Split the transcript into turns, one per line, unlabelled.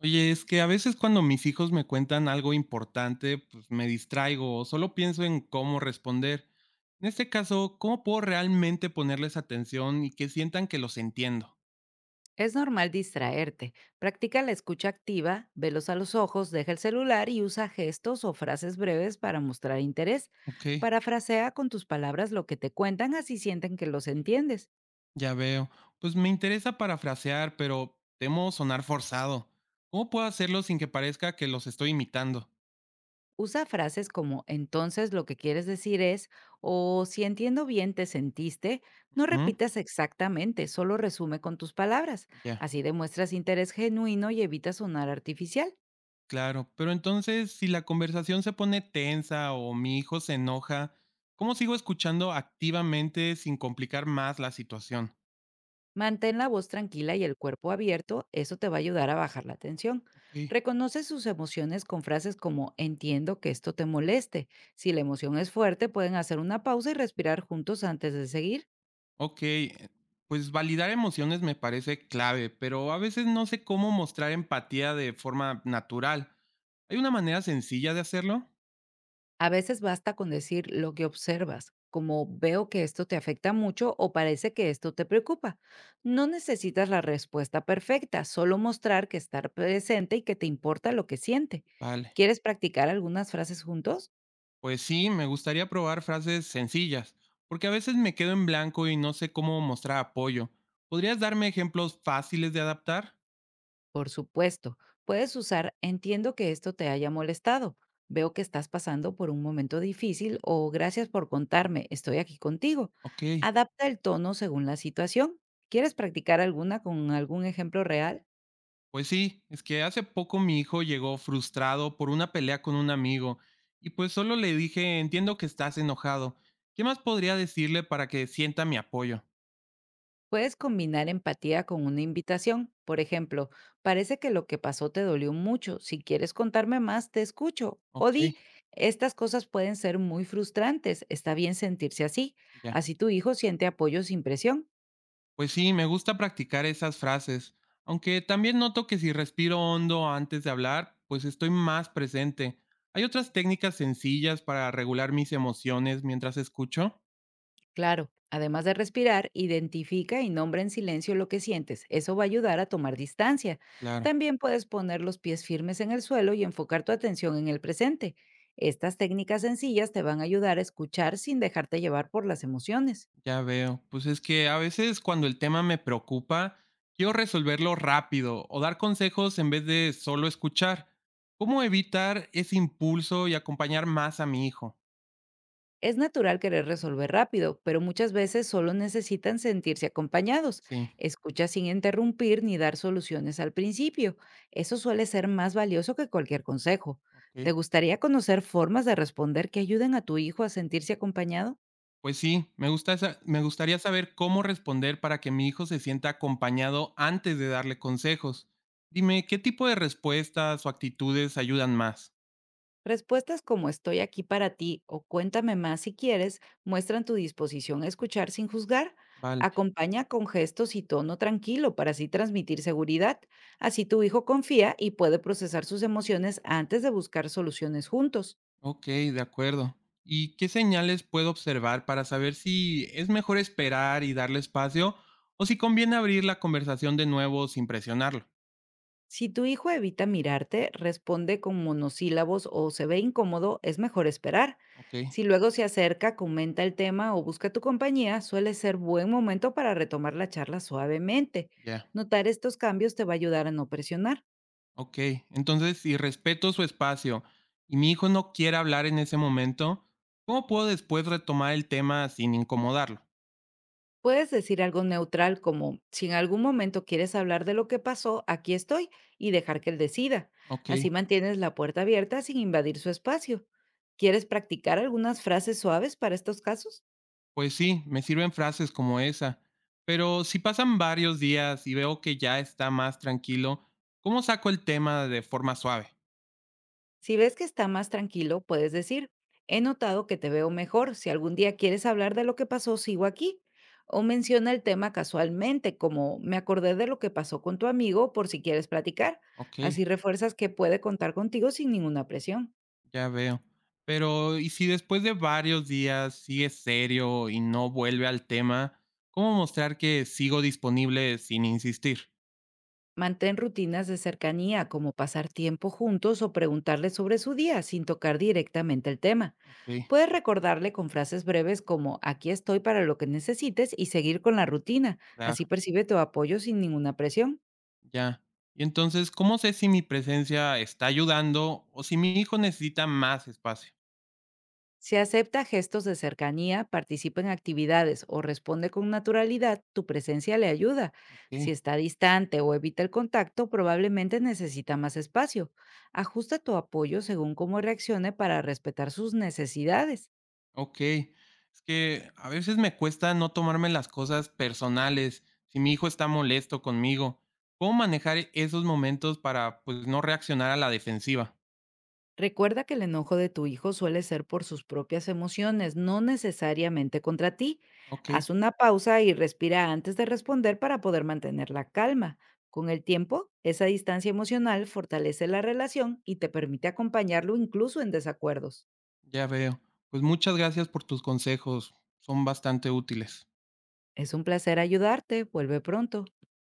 Oye, es que a veces cuando mis hijos me cuentan algo importante, pues me distraigo o solo pienso en cómo responder. En este caso, ¿cómo puedo realmente ponerles atención y que sientan que los entiendo?
Es normal distraerte. Practica la escucha activa, velos a los ojos, deja el celular y usa gestos o frases breves para mostrar interés.
Ok,
Parafrasea con tus palabras lo que te cuentan, así sienten que los entiendes.
ya veo. Pues me interesa parafrasear, pero temo sonar forzado. ¿Cómo puedo hacerlo sin que parezca que los estoy imitando?
Usa frases como entonces lo que quieres decir es o si entiendo bien te sentiste. No
Ujú.
repitas exactamente, solo resume con tus palabras.
Ya.
Así demuestras interés genuino y evitas sonar artificial.
Claro, pero entonces, si la conversación se pone tensa o mi hijo se enoja, ¿cómo sigo escuchando activamente sin complicar más la situación?
Mantén la voz tranquila y el cuerpo abierto, eso te va a ayudar a bajar la tensión.
Ok.
Reconoce sus emociones con frases como entiendo que esto te moleste. Si la emoción es fuerte, pueden hacer una pausa y respirar juntos antes de seguir.
Ok, pues validar emociones me parece clave, pero a veces no sé cómo mostrar empatía de forma natural. ¿Hay una manera sencilla de hacerlo?
A veces basta con decir lo que observas, como veo que esto te afecta mucho o parece que esto te preocupa. No necesitas la respuesta perfecta, solo mostrar que estar presente y que te importa lo que siente.
Vale.
¿Quieres practicar algunas frases juntos?
Pues sí, me gustaría probar frases sencillas, porque a veces me quedo en blanco y no sé cómo mostrar apoyo. ¿Podrías darme ejemplos fáciles de adaptar?
Por supuesto, puedes usar entiendo que esto te haya molestado. Veo que estás pasando por un momento difícil o gracias por contarme, estoy aquí contigo.
Ok.
Adapta el tono según la situación. ¿Quieres practicar alguna con algún ejemplo real?
Pues sí, es que hace poco mi hijo llegó frustrado por una pelea con un amigo y pues solo le dije, entiendo que estás enojado. ¿Qué más podría decirle para que sienta mi apoyo?
Puedes combinar empatía con una invitación. Por ejemplo, parece que lo que pasó te dolió mucho. Si quieres contarme más, te escucho. O
Ok,
di, estas cosas pueden ser muy frustrantes. Está bien sentirse así.
ya.
Así tu hijo siente apoyo sin presión.
Pues sí, me gusta practicar esas frases, aunque también noto que si respiro hondo antes de hablar, pues estoy más presente. ¿Hay otras técnicas sencillas para regular mis emociones mientras escucho?
Claro, además de respirar, identifica y nombra en silencio lo que sientes. Eso va a ayudar a tomar distancia.
Claro.
También puedes poner los pies firmes en el suelo y enfocar tu atención en el presente. Estas técnicas sencillas te van a ayudar a escuchar sin dejarte llevar por las emociones.
Ya veo. Pues es que a veces cuando el tema me preocupa, quiero resolverlo rápido o dar consejos en vez de solo escuchar. ¿Cómo evitar ese impulso y acompañar más a mi hijo?
Es natural querer resolver rápido, pero muchas veces solo necesitan sentirse acompañados.
Sí,
Escucha sin interrumpir ni dar soluciones al principio. Eso suele ser más valioso que cualquier consejo.
ok.
¿Te gustaría conocer formas de responder que ayuden a tu hijo a sentirse acompañado?
Pues sí, me gustaría saber cómo responder para que mi hijo se sienta acompañado antes de darle consejos. Dime, ¿qué tipo de respuestas o actitudes ayudan más?
Respuestas como estoy aquí para ti o cuéntame más si quieres muestran tu disposición a escuchar sin juzgar.
Vale.
Acompaña con gestos y tono tranquilo para así transmitir seguridad. Así tu hijo confía y puede procesar sus emociones antes de buscar soluciones juntos.
Ok, de acuerdo. ¿Y qué señales puedo observar para saber si es mejor esperar y darle espacio o si conviene abrir la conversación de nuevo sin presionarlo?
Si tu hijo evita mirarte, responde con monosílabos o se ve incómodo, es mejor esperar.
Ok,
Si luego se acerca, comenta el tema o busca tu compañía, suele ser buen momento para retomar la charla suavemente.
ya,
Notar estos cambios te va a ayudar a no presionar.
ok. Entonces, si respeto su espacio y mi hijo no quiere hablar en ese momento, ¿cómo puedo después retomar el tema sin incomodarlo?
Puedes decir algo neutral como, si en algún momento quieres hablar de lo que pasó, aquí estoy, y dejar que él decida.
Ok,
Así mantienes la puerta abierta sin invadir su espacio. ¿Quieres practicar algunas frases suaves para estos casos?
pues sí, me sirven frases como esa. Pero si pasan varios días y veo que ya está más tranquilo, ¿cómo saco el tema de forma suave?
Si ves que está más tranquilo, puedes decir, he notado que te veo mejor, si algún día quieres hablar de lo que pasó, sigo aquí. O menciona el tema casualmente, como me acordé de lo que pasó con tu amigo por si quieres platicar.
Ok.
Así refuerzas que puede contar contigo sin ninguna presión.
Ya veo. Pero, ¿y si después de varios días sigue serio y no vuelve al tema? ¿Cómo mostrar que sigo disponible sin insistir?
Mantén rutinas de cercanía, como pasar tiempo juntos o preguntarle sobre su día sin tocar directamente el tema.
Ok,
Puedes recordarle con frases breves como aquí estoy para lo que necesites y seguir con la rutina.
claro,
Así percibe tu apoyo sin ninguna presión.
ya. Y entonces, ¿cómo sé si mi presencia está ayudando o si mi hijo necesita más espacio?
Si acepta gestos de cercanía, participa en actividades o responde con naturalidad, tu presencia le ayuda. Si
Ok,
está distante o evita el contacto, probablemente necesita más espacio. Ajusta tu apoyo según cómo reaccione para respetar sus necesidades.
ok. Es que a veces me cuesta no tomarme las cosas personales. Si mi hijo está molesto conmigo, ¿cómo manejar esos momentos para pues no reaccionar a la defensiva?
Recuerda que el enojo de tu hijo suele ser por sus propias emociones, no necesariamente contra ti.
Ok.
Haz una pausa y respira antes de responder para poder mantener la calma. Con el tiempo, esa distancia emocional fortalece la relación y te permite acompañarlo incluso en desacuerdos.
Ya veo. Pues muchas gracias por tus consejos. Son bastante útiles.
Es un placer ayudarte. Vuelve pronto.